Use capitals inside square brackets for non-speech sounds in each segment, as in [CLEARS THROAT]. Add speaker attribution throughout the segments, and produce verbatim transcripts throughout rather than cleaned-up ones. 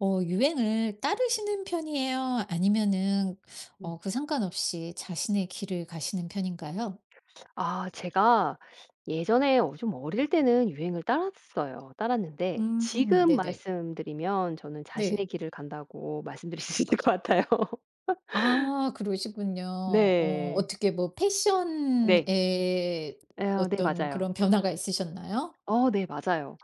Speaker 1: 어 유행을 따르시는 편이에요, 아니면은
Speaker 2: 음.
Speaker 1: 어 그 상관없이 자신의 길을 가시는 편인가요?
Speaker 2: 아 제가 예전에 어 좀 어릴 때는 유행을 따랐어요. 따랐는데
Speaker 1: 음,
Speaker 2: 지금
Speaker 1: 네네.
Speaker 2: 말씀드리면 저는 자신의
Speaker 1: 네.
Speaker 2: 길을 간다고 말씀드릴 수 있을 것 같아요. [LAUGHS]
Speaker 1: 아, 그러시군요. 어
Speaker 2: 네.
Speaker 1: 어떻게 뭐
Speaker 2: 네.
Speaker 1: 패션에
Speaker 2: 어 네
Speaker 1: 어떤
Speaker 2: 맞아요.
Speaker 1: 그런 변화가 있으셨나요?
Speaker 2: 어 네 맞아요.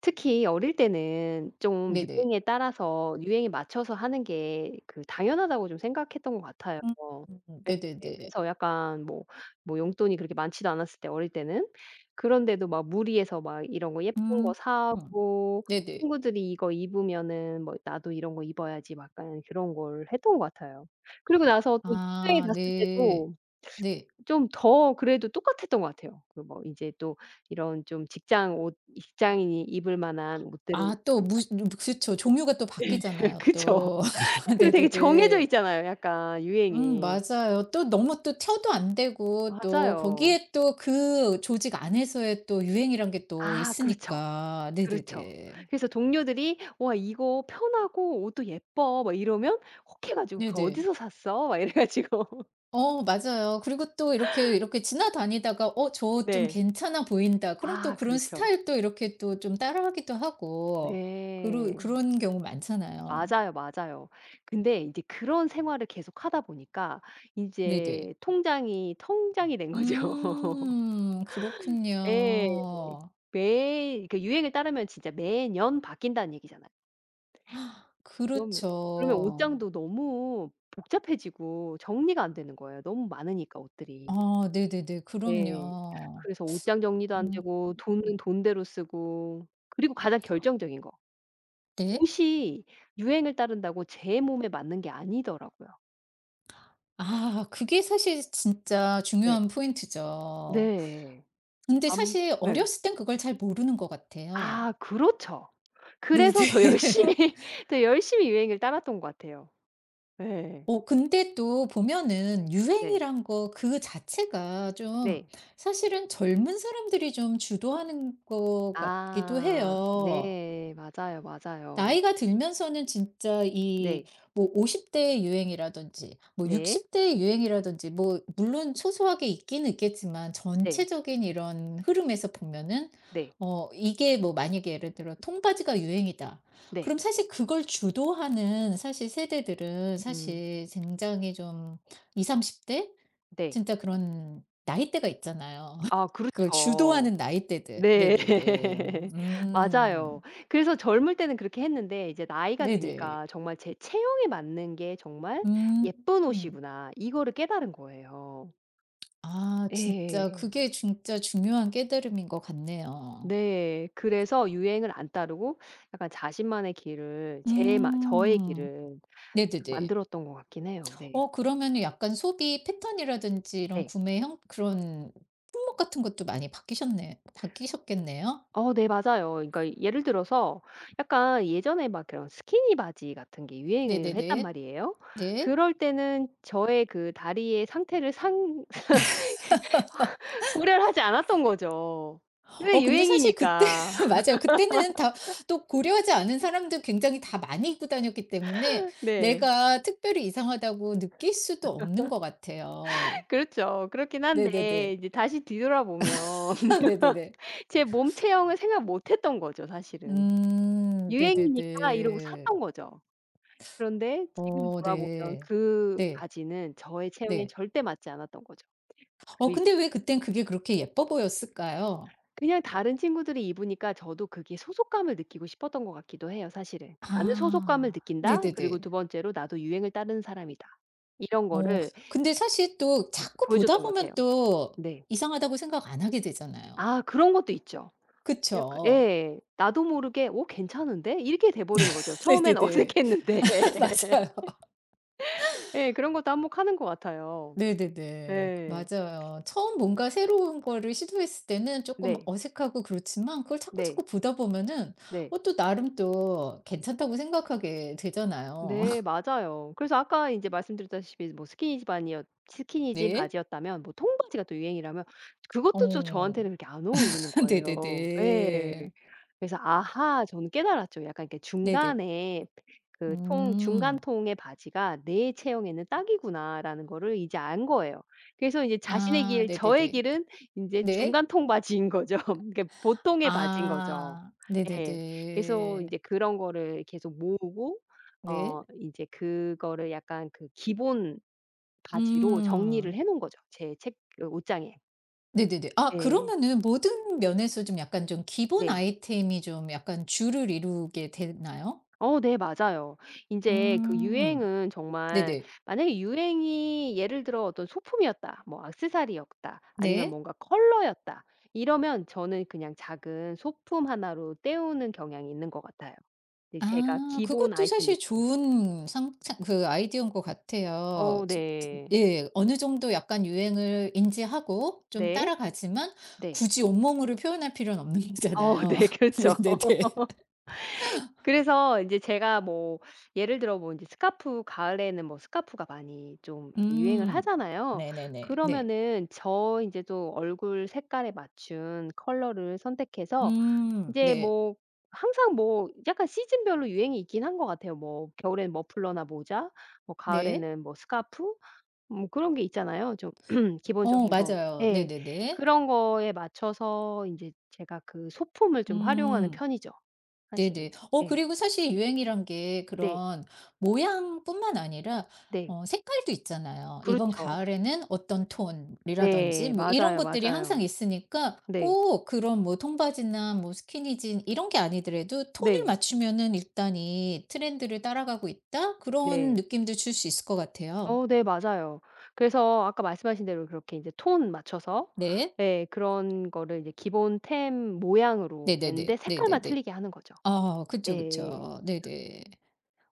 Speaker 2: 특히 어릴 때는 좀
Speaker 1: 네네.
Speaker 2: 유행에 따라서 유행에 맞춰서 하는 게 그 당연하다고 좀 생각했던 것 같아요.
Speaker 1: 음. 음,
Speaker 2: 네.
Speaker 1: 네네네.
Speaker 2: 그래서 약간 뭐 뭐 용돈이 그렇게 많지도 않았을 때 어릴 때는. 그런데도 막 무리해서 막 이런 거 예쁜 거
Speaker 1: 음. 음,
Speaker 2: 사고
Speaker 1: 네네.
Speaker 2: 친구들이 이거 입으면은 뭐 '나도 이런 거 입어야지.' 막 약간 그런 걸 했던 것 같아요. 그리고 나서 또 직장에
Speaker 1: 아
Speaker 2: 갔을
Speaker 1: 네.
Speaker 2: 때도
Speaker 1: 네.
Speaker 2: 좀 더 그래도 똑같았던 것 같아요. 그 뭐 인제 또 이런 좀 직장 옷 직장인이 입을 만한 옷들은
Speaker 1: 아 또 무 그쵸. 종류가 또
Speaker 2: [LAUGHS]
Speaker 1: 바뀌잖아요
Speaker 2: 그죠
Speaker 1: 또. [LAUGHS]
Speaker 2: 그리고 되게 정해져
Speaker 1: 네네네.
Speaker 2: 있잖아요 약간
Speaker 1: 음,
Speaker 2: 유행이.
Speaker 1: 맞아요. 또 너무 또 튀어도 안 되고 또
Speaker 2: 맞아요.
Speaker 1: 거기에 또 그 조직 안에서의 또 유행이란 게 또
Speaker 2: 아 그렇죠.
Speaker 1: 있으니까.
Speaker 2: 그렇죠.
Speaker 1: 네네네.
Speaker 2: 그래서 동료들이 "와 이거 편하고 옷도 예뻐." 막 이러면 혹해 가지고 "그거
Speaker 1: 네네.
Speaker 2: 어디서 샀어?" 막 이래 가지고 [LAUGHS]
Speaker 1: 어, 맞아요. 그리고 또 이렇게, 이렇게 지나다니다가 '어 저 좀
Speaker 2: 네.
Speaker 1: 괜찮아 보인다.' 그럼 또
Speaker 2: 아
Speaker 1: 그런
Speaker 2: 그렇죠.
Speaker 1: 스타일도 이렇게 또 좀 따라하기도 하고. 그러
Speaker 2: 네.
Speaker 1: 그런 경우 많잖아요.
Speaker 2: 맞아요, 맞아요. 근데 이제 그런 생활을 계속하다 보니까
Speaker 1: 네네.
Speaker 2: 인제 통장이 통장이 된 거죠. [LAUGHS]
Speaker 1: 음,
Speaker 2: 예.
Speaker 1: 그렇군요.
Speaker 2: 매일 그 유행에 따르면 진짜 매년 바뀐다는 얘기잖아요. 그러면 그러면
Speaker 1: 그렇죠.
Speaker 2: 옷장도 너무 복잡해지고 정리가 안 되는 거예요, 너무 많으니까 옷들이.
Speaker 1: 아 네네네.
Speaker 2: 예.
Speaker 1: 그럼요.
Speaker 2: 그래서 옷장 정리도 안 되고 돈은 돈대로 쓰고 그리고 가장 결정적인 거
Speaker 1: 네.
Speaker 2: 옷이 유행을 따른다고 제 몸에 맞는 게 아니더라고요.
Speaker 1: 아, 그게 사실 진짜
Speaker 2: 네.
Speaker 1: 중요한 포인트죠.
Speaker 2: 네.
Speaker 1: 근데
Speaker 2: 암
Speaker 1: 사실
Speaker 2: 네.
Speaker 1: 어렸을 땐 그걸 잘 모르는 것 같아요.
Speaker 2: 아 그렇죠.
Speaker 1: 네네.
Speaker 2: 그래서 더 열심히
Speaker 1: [LAUGHS]
Speaker 2: [LAUGHS] 더 열심히 유행을 따랐던 것 같아요. 예.
Speaker 1: 어 근데 또 보면은
Speaker 2: 네.
Speaker 1: 유행이란 거 그 자체가 좀
Speaker 2: 네.
Speaker 1: 사실은 젊은 사람들이 좀 주도하는 것 같기도
Speaker 2: 아
Speaker 1: 해요.
Speaker 2: 네. 맞아요, 맞아요.
Speaker 1: 나이가 들면서는 진짜 이
Speaker 2: 네.
Speaker 1: 뭐 오십 대의 유행이라든지 뭐
Speaker 2: 네.
Speaker 1: 육십 대의 유행이라든지 뭐 물론 소소하게 있기는 있겠지만
Speaker 2: 네.
Speaker 1: 전체적인 이런 흐름에서 보면은
Speaker 2: 네.
Speaker 1: 어 이게 뭐 만약에 예를 들어 통바지가 유행이다.
Speaker 2: 네.
Speaker 1: 그럼 사실 그걸 주도하는 사실 세대들은
Speaker 2: 음
Speaker 1: 사실 굉장히 좀 이삼십 대?
Speaker 2: 네.
Speaker 1: 진짜 그런 나이대가 있잖아요.
Speaker 2: 아
Speaker 1: [LAUGHS] 그걸
Speaker 2: 그렇죠.
Speaker 1: 주도하는 나이대들.
Speaker 2: 네.
Speaker 1: 네네네.
Speaker 2: [LAUGHS] 맞아요.
Speaker 1: 음.
Speaker 2: 그래서 젊을 때는 그렇게 했는데 이제 나이가
Speaker 1: 네네.
Speaker 2: 드니까 정말 제 체형에 맞는 게 정말
Speaker 1: 음.
Speaker 2: 예쁜 옷이구나. 이거를 깨달은 거예요.
Speaker 1: 아, 진짜
Speaker 2: 예.
Speaker 1: 그게 진짜 중요한 깨달음인 것 같네요.
Speaker 2: 네. 그래서 유행을 안 따르고 약간 자신만의 길을 제 마 저의
Speaker 1: 음.
Speaker 2: 길을
Speaker 1: 네네네.
Speaker 2: 만들었던 것 같긴 해요. 네.
Speaker 1: 어 그러면 약간 소비 패턴이라든지 이런
Speaker 2: 네.
Speaker 1: 구매 형 그런 품목 같은 것도 많이 바뀌셨네 바뀌셨겠네요?
Speaker 2: 어 네 맞아요. 그러니까 예를 들어서 약간 예전에 막 그런 스키니 바지 같은 게 유행을 했단
Speaker 1: 네네네.
Speaker 2: 말이에요.
Speaker 1: 네.
Speaker 2: 그럴 때는 저의 그 다리의 상태를 상 [LAUGHS] 고려를 하지 않았던 거죠. 그게
Speaker 1: 어 근데 사실 그때
Speaker 2: 유행이니까.
Speaker 1: [LAUGHS] 맞아요. 그때는 다 또 고려하지 않은 사람들 굉장히 다 많이 입고 다녔기 때문에
Speaker 2: [LAUGHS] 네.
Speaker 1: 내가 특별히 이상하다고 느낄 수도 없는 것 같아요.
Speaker 2: 그렇죠. 그렇긴
Speaker 1: 네네네.
Speaker 2: 한데 이제 다시 뒤돌아보면
Speaker 1: [LAUGHS]
Speaker 2: [LAUGHS]
Speaker 1: 네네네.
Speaker 2: 제 몸 체형을 생각 못 했던 거죠, 사실은.
Speaker 1: 음.
Speaker 2: 유행이니까 이러고
Speaker 1: 네네네.
Speaker 2: 샀던 거죠. 그런데 지금
Speaker 1: 어
Speaker 2: 돌아보면
Speaker 1: 네.
Speaker 2: 그
Speaker 1: 네.
Speaker 2: 바지는 저의 체형에
Speaker 1: 네.
Speaker 2: 절대 맞지 않았던 거죠.
Speaker 1: 어
Speaker 2: 그리고
Speaker 1: 근데 왜 그땐 그게 그렇게 예뻐 보였을까요?
Speaker 2: 그냥 다른 친구들이 입으니까 저도 그게 소속감을 느끼고 싶었던 것 같기도 해요 사실은. '나는 소속감을
Speaker 1: 아.
Speaker 2: 느낀다. 그리고
Speaker 1: 네네네.
Speaker 2: 두 번째로 나도 유행을 따르는 사람이다.' 이런
Speaker 1: 어
Speaker 2: 거를
Speaker 1: 근데 사실 또 자꾸 보다
Speaker 2: 보여줬던 것 같아요.
Speaker 1: 보면 또
Speaker 2: 네.
Speaker 1: 이상하다고 생각 안 하게 되잖아요.
Speaker 2: 아 그런 것도 있죠. 약간
Speaker 1: 그쵸?
Speaker 2: 예. 나도 모르게 '어 괜찮은데?' 이렇게 돼 버리는 거죠.
Speaker 1: [LAUGHS]
Speaker 2: 처음엔
Speaker 1: 네네네.
Speaker 2: 어색했는데.
Speaker 1: [LAUGHS] 맞아요.
Speaker 2: [LAUGHS] 예. 그런 것도 한몫하는 것 같아요.
Speaker 1: 네네네. 그
Speaker 2: 예.
Speaker 1: 맞아요. 처음 뭔가 새로운 거를 시도했을 때는 조금
Speaker 2: 네.
Speaker 1: 어색하고 그렇지만 그걸
Speaker 2: 네.
Speaker 1: 자꾸자꾸 보다 보면은
Speaker 2: 네.
Speaker 1: 어 또 나름 또 괜찮다고 생각하게 되잖아요.
Speaker 2: 네
Speaker 1: [LAUGHS]
Speaker 2: 맞아요. 그래서 아까 인제 말씀드렸다시피 뭐 스키니집 아니었 스키니진
Speaker 1: 네.
Speaker 2: 바지였다면 뭐 통바지가 또 유행이라면 그것도 또 저한테는
Speaker 1: 어.
Speaker 2: 그렇게 안 어울리는
Speaker 1: [LAUGHS]
Speaker 2: 거예요. 예.
Speaker 1: 네네네.
Speaker 2: 그래서 아하 저는 깨달았죠. 약간 이렇게
Speaker 1: 네네.
Speaker 2: 중간에 그 통 중간
Speaker 1: 음.
Speaker 2: 통의 바지가 '내 체형에는 딱이구나.'라는 거를 이제 안 거예요. 그래서 이제 자신의
Speaker 1: 아
Speaker 2: 길 저의
Speaker 1: 네네네.
Speaker 2: 길은 인제
Speaker 1: 네.
Speaker 2: 중간 통 바지인 거죠. [LAUGHS] 그러니까 보통의 바지인 거죠.
Speaker 1: 아.
Speaker 2: 예. 그래서
Speaker 1: 네네네.
Speaker 2: 인제 그런 거를 계속 모으고
Speaker 1: 네.
Speaker 2: 어 인제 그거를 약간 그 기본 바지로 정리를
Speaker 1: 음.
Speaker 2: 해 놓은 거죠, 제 책 그 옷장에.
Speaker 1: 네네네. 아
Speaker 2: 예.
Speaker 1: 그러면은 모든 면에서 좀 약간 좀 기본
Speaker 2: 네.
Speaker 1: 아이템이 좀 약간 주를 이루게 되나요?
Speaker 2: 어 네 맞아요. 이제 그
Speaker 1: 음.
Speaker 2: 유행은 정말
Speaker 1: 네네.
Speaker 2: 만약에 유행이 예를 들어 어떤 소품이었다. 뭐 액세서리였다. 아니면
Speaker 1: 네.
Speaker 2: 뭔가 컬러였다. 이러면 저는 그냥 작은 소품 하나로 때우는 경향이 있는 것 같아요. 근데 제가
Speaker 1: 아
Speaker 2: 기본
Speaker 1: 그것도
Speaker 2: 아이템이
Speaker 1: 사실
Speaker 2: 있고.
Speaker 1: 좋은 상상 그 아이디어인 것 같아요.
Speaker 2: 어
Speaker 1: 지- 지-
Speaker 2: 네.
Speaker 1: 예. 어느 정도 약간 유행을 인지하고 좀
Speaker 2: 네.
Speaker 1: 따라가지만
Speaker 2: 네.
Speaker 1: 굳이 온몸으로 표현할 필요는 없는
Speaker 2: 어 [LAUGHS]
Speaker 1: 거잖아요.
Speaker 2: 네. 그렇죠.
Speaker 1: [LAUGHS] 네네네.
Speaker 2: 그래서 인제 제가 뭐 예를 들어 뭐 인제 스카프 가을에는 뭐 스카프가 많이 좀 유행을
Speaker 1: 음.
Speaker 2: 하잖아요.
Speaker 1: 네네네. 네.
Speaker 2: 그러면은 저 인제 또 얼굴 색깔에 맞춘 컬러를 선택해서
Speaker 1: 음.
Speaker 2: 인제
Speaker 1: 네.
Speaker 2: 뭐 항상 뭐 약간 시즌별로 유행이 있긴 한 것 같아요. 뭐 겨울에는 머플러나 모자, 뭐
Speaker 1: 네.
Speaker 2: 가을에는 뭐 스카프 뭐 그런 게 있잖아요. 좀 [CLEARS THROAT]
Speaker 1: 어,
Speaker 2: 기본적인 거.
Speaker 1: 맞아요.
Speaker 2: 예.
Speaker 1: 네네네.
Speaker 2: 그런 거에 맞춰서 인제 제가 그 소품을 좀 활용하는
Speaker 1: 음.
Speaker 2: 편이죠, 사실은.
Speaker 1: 네네. 어
Speaker 2: 예.
Speaker 1: 그리고 사실 유행이란 게
Speaker 2: 네.
Speaker 1: 그런 모양뿐만 아니라
Speaker 2: 네.
Speaker 1: 어 색깔도 있잖아요. 이번
Speaker 2: 그렇죠.
Speaker 1: 가을에는 어떤 톤이라든지
Speaker 2: 네.
Speaker 1: 뭐 이런
Speaker 2: 맞아요,
Speaker 1: 것들이
Speaker 2: 맞아요.
Speaker 1: 항상 있으니까
Speaker 2: 네.
Speaker 1: 꼭 그런 뭐 통바지나 뭐 스키니진 이런 게 아니더라도 '톤을
Speaker 2: 네.
Speaker 1: 맞추면은 일단 이 트렌드를 따라가고 있다.' 그런
Speaker 2: 네.
Speaker 1: 느낌도 줄 수 있을 것 같아요.
Speaker 2: 어 네 맞아요. 그래서 아까 말씀하신 대로 그렇게 인제 톤 맞춰서
Speaker 1: 네.
Speaker 2: 예 그런 거를 이제 기본템 모양으로
Speaker 1: 네네네.
Speaker 2: 낸데 색깔만
Speaker 1: 네네네.
Speaker 2: 틀리게 하는 거죠.
Speaker 1: 아 그쵸,
Speaker 2: 예예예.
Speaker 1: 그쵸. 네네.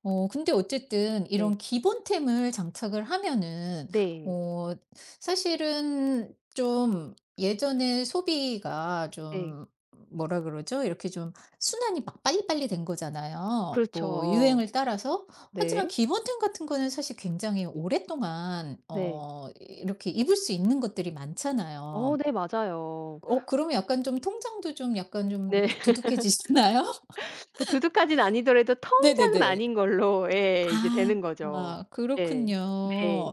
Speaker 1: 어 근데 어쨌든 이런
Speaker 2: 네.
Speaker 1: 기본템을 장착을 하면은
Speaker 2: 네.
Speaker 1: 어 사실은 좀 예전에 소비가
Speaker 2: 네.
Speaker 1: 좀 뭐라 그러죠? 이렇게 좀 순환이 막 빨리빨리 된 거잖아요. 뭐
Speaker 2: 그렇죠.
Speaker 1: 유행을 따라서. 하지만
Speaker 2: 네.
Speaker 1: 기본템 같은 거는 사실 굉장히 오랫동안
Speaker 2: 네.
Speaker 1: 어 이렇게 입을 수 있는 것들이
Speaker 2: 어
Speaker 1: 많잖아요.
Speaker 2: 네 맞아요.
Speaker 1: 어 그러면 약간 좀 통장도 좀 약간 좀
Speaker 2: 네. [LAUGHS]
Speaker 1: 두둑해지잖아요?
Speaker 2: 뭐 두둑까지는 아니더라도
Speaker 1: [LAUGHS]
Speaker 2: 통장은
Speaker 1: 네네네.
Speaker 2: 아닌 걸로 예 이제
Speaker 1: 아.
Speaker 2: 되는 거죠.
Speaker 1: 아,
Speaker 2: 예.
Speaker 1: 그렇군요.
Speaker 2: 네.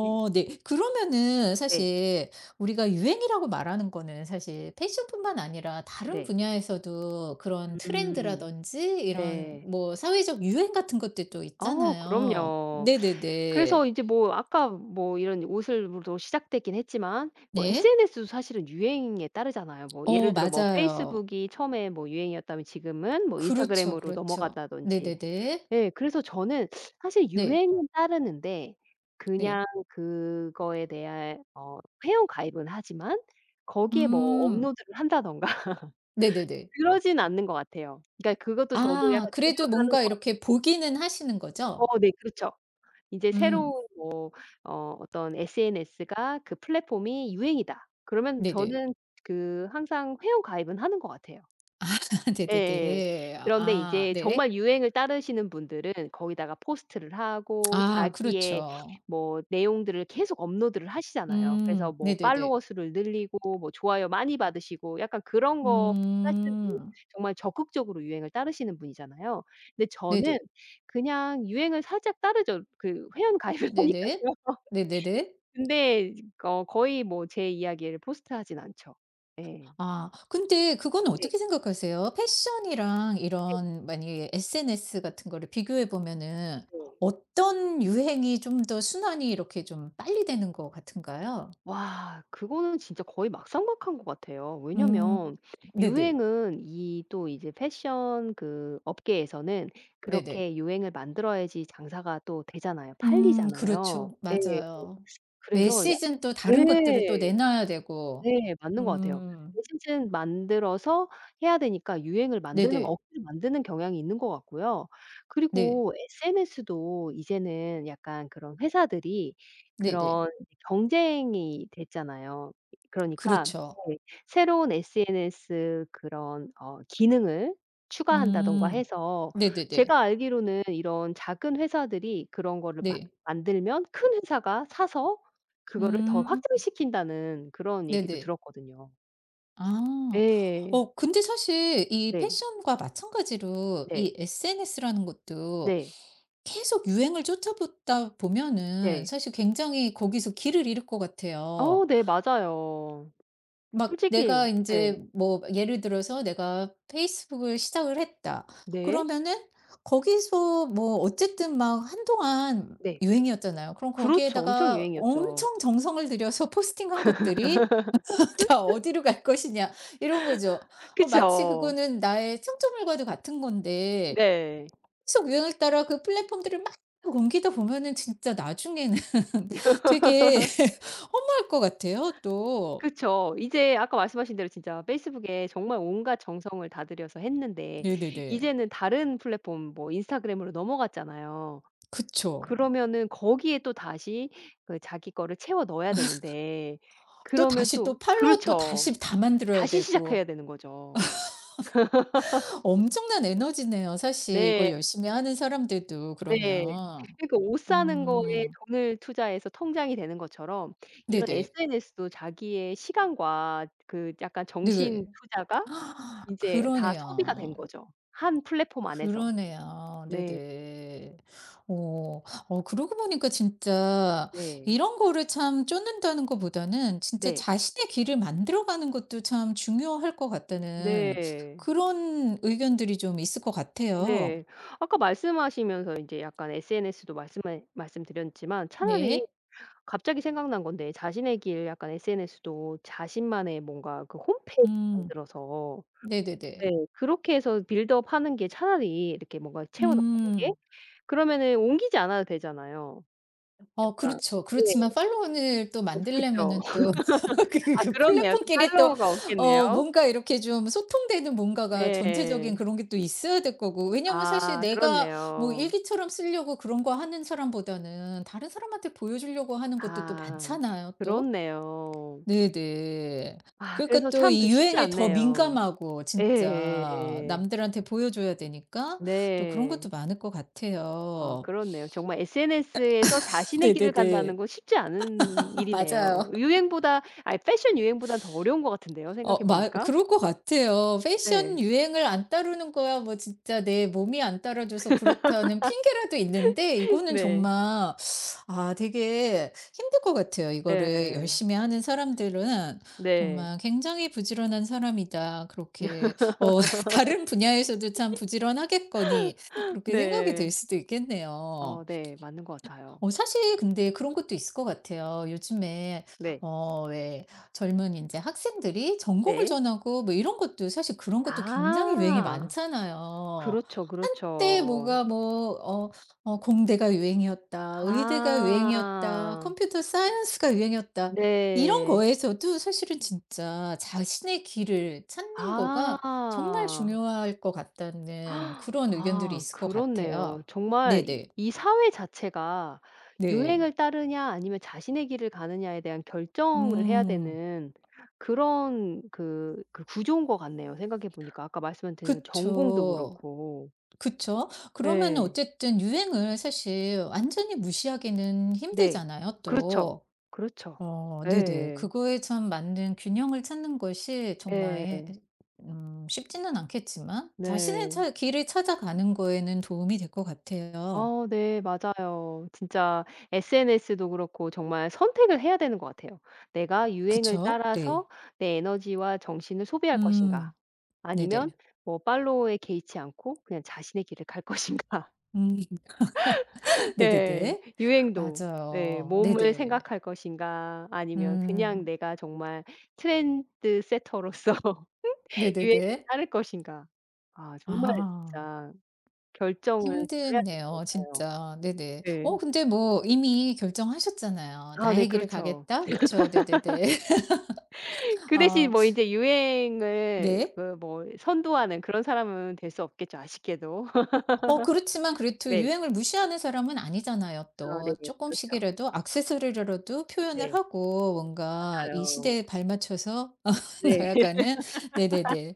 Speaker 2: 이
Speaker 1: 네. 그러면은
Speaker 2: 네.
Speaker 1: 사실 우리가 유행이라고 말하는 거는 사실 패션뿐만 아니라 다른
Speaker 2: 네.
Speaker 1: 분야에서도 그런
Speaker 2: 음.
Speaker 1: 트렌드라든지 이런
Speaker 2: 네.
Speaker 1: 뭐 사회적 유행 같은 것들도
Speaker 2: 어
Speaker 1: 있잖아요.
Speaker 2: 그럼요.
Speaker 1: 네네네.
Speaker 2: 그래서 이제 뭐 아까 뭐 이런 옷으로 도 시작됐긴 했지만 뭐
Speaker 1: 네.
Speaker 2: 에스엔에스도 사실은 유행에 따르잖아요. 뭐 예를
Speaker 1: 어,
Speaker 2: 들어 뭐
Speaker 1: 맞아요.
Speaker 2: 페이스북이 처음에 뭐 유행이었다면 지금은 뭐
Speaker 1: 그렇죠,
Speaker 2: 인스타그램으로
Speaker 1: 그렇죠.
Speaker 2: 넘어간다든지.
Speaker 1: 네네네.
Speaker 2: 예. 그래서 저는 사실
Speaker 1: 네.
Speaker 2: 유행은 따르는데
Speaker 1: 네.
Speaker 2: 그냥 그거에 대한 어 회원 가입은 하지만 거기에 뭐
Speaker 1: 음.
Speaker 2: 업로드를 한다던가 [LAUGHS]
Speaker 1: 네네네.
Speaker 2: 그러진 않는 것 같아요. 그러니까 그것도 저도
Speaker 1: 아
Speaker 2: 약간
Speaker 1: 그래도
Speaker 2: 조절하는
Speaker 1: 뭔가
Speaker 2: 것 같아요.
Speaker 1: 이렇게 보기는 하시는 거죠?
Speaker 2: 어 네. 그렇죠. 이제
Speaker 1: 음.
Speaker 2: 새로운 뭐 어 어떤 에스엔에스가 그 플랫폼이 유행이다. 그러면
Speaker 1: 네네.
Speaker 2: 저는 그 항상 회원 가입은 하는 것 같아요.
Speaker 1: [LAUGHS]
Speaker 2: 예예.
Speaker 1: 네네네.
Speaker 2: 그런데
Speaker 1: 아
Speaker 2: 이제
Speaker 1: 네.
Speaker 2: 정말 유행을 따르시는 분들은 거기다가 포스트를 하고
Speaker 1: 아
Speaker 2: 자기의
Speaker 1: 그렇죠.
Speaker 2: 뭐 내용들을 계속 업로드를 하시잖아요. 그래서
Speaker 1: 음
Speaker 2: 뭐
Speaker 1: 네네네.
Speaker 2: 팔로워 수를 늘리고 뭐 좋아요 많이 받으시고 약간 그런 거 하시는 분이
Speaker 1: 음
Speaker 2: 정말 적극적으로 유행을 따르시는 분이잖아요. 근데 저는
Speaker 1: 네네.
Speaker 2: 그냥 유행을 살짝 따르죠. 그 회원 가입을 [LAUGHS]
Speaker 1: 네네.
Speaker 2: 하니깐요.
Speaker 1: 네네네.
Speaker 2: 근데 어 거의 뭐 제 이야기를 포스트하진 않죠. 예.
Speaker 1: 아 근데 그건
Speaker 2: 네.
Speaker 1: 어떻게 생각하세요? 패션이랑
Speaker 2: 네
Speaker 1: 이런 만약에 에스엔에스 같은 거를 비교해 보면은
Speaker 2: 네.
Speaker 1: 어떤 유행이 좀 더 순환이 이렇게 좀 빨리 되는 것 같은가요?
Speaker 2: 와 그거는 진짜 거의 막상막한 것 같아요. 왜냐면
Speaker 1: 음 네네.
Speaker 2: 유행은 이 또 이제 패션 그 업계에서는
Speaker 1: 네네.
Speaker 2: 그렇게 유행을 만들어야지 장사가 또 되잖아요.
Speaker 1: 음,
Speaker 2: 팔리잖아요.
Speaker 1: 그렇죠.
Speaker 2: 예.
Speaker 1: 맞아요. 매
Speaker 2: 그래서 약
Speaker 1: 시즌 또 다른 것들을 또
Speaker 2: 예.
Speaker 1: 내놔야 되고.
Speaker 2: 네. 맞는 것 같아요.
Speaker 1: 음
Speaker 2: 메시지는 만들어서 해야 되니까 유행을 만드는 거
Speaker 1: 네네.
Speaker 2: 억지로 만드는 경향이 있는 것 같고요.
Speaker 1: 네.
Speaker 2: 그리고 에스엔에스도 이제는 약간 그런 회사들이
Speaker 1: 네네.
Speaker 2: 그런 경쟁이 됐잖아요. 그러니까
Speaker 1: 그렇죠.
Speaker 2: 네 새로운 에스엔에스 그런 어 기능을 추가한다든가
Speaker 1: 음.
Speaker 2: 해서
Speaker 1: 네네네.
Speaker 2: 제가 알기로는 이런 작은 회사들이 그런 거를 마
Speaker 1: 네.
Speaker 2: 만들면 큰 회사가 사서 그거를 더
Speaker 1: 음
Speaker 2: 확장시킨다는 그런 얘기도
Speaker 1: 네네.
Speaker 2: 들었거든요.
Speaker 1: 아.
Speaker 2: 예.
Speaker 1: 어 근데 사실 이
Speaker 2: 네.
Speaker 1: 패션과 마찬가지로
Speaker 2: 네.
Speaker 1: 이 에스엔에스라는 것도
Speaker 2: 네.
Speaker 1: 계속 유행을 쫓아보다 보면은
Speaker 2: 네.
Speaker 1: 사실 굉장히 거기서 길을 잃을 것 같아요.
Speaker 2: 어 네 맞아요.
Speaker 1: 막
Speaker 2: 솔직히
Speaker 1: 내가
Speaker 2: 네.
Speaker 1: 인제 뭐 예를 들어서 내가 페이스북을 시작을 했다.
Speaker 2: 네.
Speaker 1: 그러면은 거기서 뭐 어쨌든 막 한동안
Speaker 2: 네.
Speaker 1: 유행이었잖아요. 그럼
Speaker 2: 그렇죠. 엄청
Speaker 1: 거기에다가
Speaker 2: 유행이었죠.
Speaker 1: 엄청 정성을 들여서 [LAUGHS] 포스팅한 것들이 다 어디로 갈 것이냐, 이런 거죠. 어 마치
Speaker 2: 그쵸.
Speaker 1: 그거는 나의 청점물과도 같은 건데
Speaker 2: 네.
Speaker 1: 계속 유행을 따라 그 플랫폼들을 막 옮기다 보면은 진짜 나중에는 [LAUGHS] 되게 허무할 것 같아요 또.
Speaker 2: 그쵸. 이제 아까 말씀하신 대로 진짜 페이스북에 정말 온갖 정성을 다 들여서 했는데
Speaker 1: 네네네.
Speaker 2: 이제는 다른 플랫폼 뭐 인스타그램으로 넘어갔잖아요.
Speaker 1: 그쵸.
Speaker 2: 그러면은 거기에 또 다시 그 자기 거를 채워 넣어야 되는데
Speaker 1: 또
Speaker 2: 그러면
Speaker 1: 다시 또
Speaker 2: 또
Speaker 1: 팔로워 또
Speaker 2: 그렇죠.
Speaker 1: 다시 다 만들어야
Speaker 2: 다시 시작해야
Speaker 1: 되고
Speaker 2: 되는 거죠.
Speaker 1: 엄청난 에너지네요 사실
Speaker 2: 네.
Speaker 1: 이걸 열심히 하는 사람들도
Speaker 2: 네.
Speaker 1: 그러면.
Speaker 2: 그러니까 옷 사는 거에
Speaker 1: 음.
Speaker 2: 돈을 투자해서 통장이 되는 것처럼 이런
Speaker 1: 네네.
Speaker 2: 에스엔에스도 자기의 시간과 그 약간
Speaker 1: 네.
Speaker 2: 정신 투자가
Speaker 1: [GASPS]
Speaker 2: 인제 다 소비가 된
Speaker 1: 그러네요.
Speaker 2: 거죠. 한 플랫폼 안에서.
Speaker 1: 그러네요.
Speaker 2: 네.
Speaker 1: 네네. 어. 어 그러고 보니까 진짜
Speaker 2: 네.
Speaker 1: 이런 거를 참 쫓는다는 것보다는 진짜
Speaker 2: 네.
Speaker 1: 자신의 길을 만들어 가는 것도 참 중요할 것 같다는
Speaker 2: 네.
Speaker 1: 그런 의견들이 좀 있을 것 같아요.
Speaker 2: 네. 아까 말씀하시면서 인제 약간 에스엔에스도 말씀하 말씀드렸지만 차라리
Speaker 1: 네.
Speaker 2: 갑자기 생각난 건데 자신의 길 약간 에스엔에스도 자신만의 뭔가 그 홈페이지
Speaker 1: 음.
Speaker 2: 만들어서
Speaker 1: 네네네.
Speaker 2: 네 그렇게 해서 빌드업 하는 게 차라리 이렇게 뭔가 채워 나가는 게
Speaker 1: 음.
Speaker 2: 그러면은 옮기지 않아도 되잖아요.
Speaker 1: 어
Speaker 2: 약간
Speaker 1: 그렇죠. 그렇지만
Speaker 2: 예
Speaker 1: 팔로우을또
Speaker 2: 없겠죠.
Speaker 1: 만들려면은
Speaker 2: [LAUGHS]
Speaker 1: 또 [LAUGHS] 그그
Speaker 2: 아
Speaker 1: 그
Speaker 2: 그렇네요. 좀
Speaker 1: 플랫폼끼리 또
Speaker 2: 팔로워가 없겠네요.
Speaker 1: 어 뭔가 이렇게 좀 소통되는 뭔가가 전체적인
Speaker 2: 예.
Speaker 1: 그런 게 또 있어야 될 거고 왜냐면 사실
Speaker 2: 아
Speaker 1: 내가 뭐
Speaker 2: 그렇네요.
Speaker 1: 일기처럼 쓰려고 그런 거 하는 사람보다는 다른 사람한테 보여주려고 하는 것도 또
Speaker 2: 아
Speaker 1: 많잖아요 또.
Speaker 2: 그렇네요.
Speaker 1: 네네.
Speaker 2: 아
Speaker 1: 그러니까
Speaker 2: 그래서
Speaker 1: 또
Speaker 2: 참 그
Speaker 1: 이
Speaker 2: 쉽지
Speaker 1: 유행에 더
Speaker 2: 않네요.
Speaker 1: 민감하고 진짜
Speaker 2: 예예예.
Speaker 1: 남들한테 보여줘야 되니까 또 그런
Speaker 2: 네.
Speaker 1: 것도 많을 것
Speaker 2: 아
Speaker 1: 같아요.
Speaker 2: 그렇네요. 정말 에스엔에스에서
Speaker 1: [LAUGHS]
Speaker 2: 자신의 길을 간다는
Speaker 1: 네네네.
Speaker 2: 건 쉽지 않은
Speaker 1: [LAUGHS]
Speaker 2: 일이네요.
Speaker 1: 맞아요.
Speaker 2: 유행보다 아이 패션 유행보단 더 어려운 것 같은데요,
Speaker 1: 어
Speaker 2: 생각해
Speaker 1: 마
Speaker 2: 보니까.
Speaker 1: 그럴 것 같아요. 패션
Speaker 2: 네.
Speaker 1: 유행을 안 따르는 거야 뭐 진짜 내 몸이 안 따라줘서 그렇다는 핑계라도 있는데
Speaker 2: [LAUGHS]
Speaker 1: 이거는
Speaker 2: 네.
Speaker 1: 정말 아 되게 힘들 것 같아요. 이거를
Speaker 2: 예예.
Speaker 1: 열심히 하는 사람들은
Speaker 2: 네.
Speaker 1: 정말 '굉장히 부지런한 사람이다.' 그렇게 어 [LAUGHS] 다른 분야에서도 참 부지런하겠거니 그렇게 생각이
Speaker 2: 네.
Speaker 1: 될 수도
Speaker 2: 어
Speaker 1: 있겠네요.
Speaker 2: 네. 맞는 것 같아요.
Speaker 1: 어 사실 근데 그런 것도 있을 것 같아요. 요즘에
Speaker 2: 네.
Speaker 1: 어 왜 젊은 이제 학생들이 전공을
Speaker 2: 네.
Speaker 1: 전하고 뭐 이런 것도 사실 그런 것도 굉장히 유행이
Speaker 2: 아.
Speaker 1: 많잖아요.
Speaker 2: 그렇죠,
Speaker 1: 한때
Speaker 2: 그렇죠.
Speaker 1: 뭐가 뭐 어 어 '공대가 유행이었다. 의대가 유행이었다.
Speaker 2: 아.
Speaker 1: 컴퓨터 사이언스가 유행이었다.' 이런
Speaker 2: 네.
Speaker 1: 거에서도 사실은 진짜 자신의 길을 찾는 거가 정말
Speaker 2: 아.
Speaker 1: 중요할 것 같다는 그런 의견들이
Speaker 2: 아
Speaker 1: 있을 것
Speaker 2: 그렇네요.
Speaker 1: 같아요.
Speaker 2: 정말 이
Speaker 1: 네네.
Speaker 2: 이 사회 자체가
Speaker 1: 네.
Speaker 2: 유행을 따르냐 아니면 자신의 길을 가느냐에 대한 결정을 해야
Speaker 1: 음.
Speaker 2: 되는 그런 그 그 구조인 것 같네요 생각해 보니까. 아까 말씀한 대로 전공도
Speaker 1: 그쵸.
Speaker 2: 그렇고.
Speaker 1: 그쵸. 그러면은
Speaker 2: 예.
Speaker 1: 어쨌든 유행을 사실 완전히 무시하기는
Speaker 2: 네.
Speaker 1: 힘들잖아요
Speaker 2: 그렇죠.
Speaker 1: 또.
Speaker 2: 그렇죠.
Speaker 1: 어 네네.
Speaker 2: 네.
Speaker 1: 그거에 참 맞는 균형을 찾는 것이 정말
Speaker 2: 예
Speaker 1: 해-
Speaker 2: 예.
Speaker 1: 음, 쉽지는 않겠지만 자신의
Speaker 2: 네.
Speaker 1: 차 길을 찾아가는 거에는 도움이 될 것 같아요.
Speaker 2: 아 네. 맞아요. 진짜 에스엔에스도 그렇고 정말 선택을 해야 되는 것 같아요. '내가 유행을
Speaker 1: 그쵸? 네.
Speaker 2: 따라서 내 에너지와 정신을 소비할 것인가.'
Speaker 1: 음.
Speaker 2: 아니면
Speaker 1: 네네.
Speaker 2: 뭐 팔로우에 개의치 않고 그냥 자신의 길을 갈 것인가.
Speaker 1: 음.
Speaker 2: [LAUGHS]
Speaker 1: [LAUGHS]
Speaker 2: 예.
Speaker 1: 네네네.
Speaker 2: 유행도 네.
Speaker 1: 맞아요.
Speaker 2: 몸을
Speaker 1: 네네.
Speaker 2: 생각할 것인가 아니면 그냥
Speaker 1: 음.
Speaker 2: 내가 정말 트렌드 세터로서 [LAUGHS] 유행을
Speaker 1: 네네네.
Speaker 2: 따를 것인가. 아 정말
Speaker 1: 아.
Speaker 2: 진짜 결정을 잘해야 될 것
Speaker 1: 힘드네요
Speaker 2: 같아요.
Speaker 1: 진짜. 네네.
Speaker 2: 네.
Speaker 1: 어 근데 뭐 이미 결정하셨잖아요.
Speaker 2: 아 네.
Speaker 1: 나의 길을
Speaker 2: 그렇죠.
Speaker 1: 가겠다. 그쵸. 네네네. [LAUGHS]
Speaker 2: 그 대신
Speaker 1: 아
Speaker 2: 뭐 이제 유행을
Speaker 1: 네.
Speaker 2: 그 뭐 선도하는 그런 사람은 될 수 없겠죠, 아쉽게도. [LAUGHS]
Speaker 1: 어 그렇지만 그래도
Speaker 2: 네.
Speaker 1: 유행을 무시하는 사람은 아니잖아요
Speaker 2: 아 네.
Speaker 1: 또. 조금씩
Speaker 2: 그렇죠.
Speaker 1: 이라도 액세서리로라도 표현을
Speaker 2: 네.
Speaker 1: 하고 뭔가 이
Speaker 2: 맞아요.
Speaker 1: 시대에 발맞춰서 [LAUGHS]
Speaker 2: 네. [LAUGHS]
Speaker 1: 나아가는 네네네.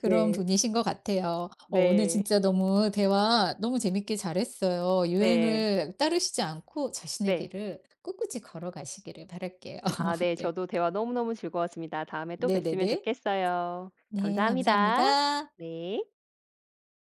Speaker 1: 그런
Speaker 2: 네.
Speaker 1: 분이신 것 같아요. 어 오늘
Speaker 2: 네.
Speaker 1: 진짜 너무 대화 너무 재밌게 잘했어요.
Speaker 2: 네.
Speaker 1: 유행을 따르시지 않고 자신의
Speaker 2: 네.
Speaker 1: 길을 꿋꿋이 걸어가시기를 바랄게요.
Speaker 2: 아
Speaker 1: [LAUGHS]
Speaker 2: 네.
Speaker 1: 네.
Speaker 2: 저도 대화 너무너무 즐거웠습니다. 다음에 또
Speaker 1: 네네네.
Speaker 2: 뵀으면 좋겠어요.
Speaker 1: 네.
Speaker 2: 감사합니다.
Speaker 1: 감사합니다.
Speaker 2: 네.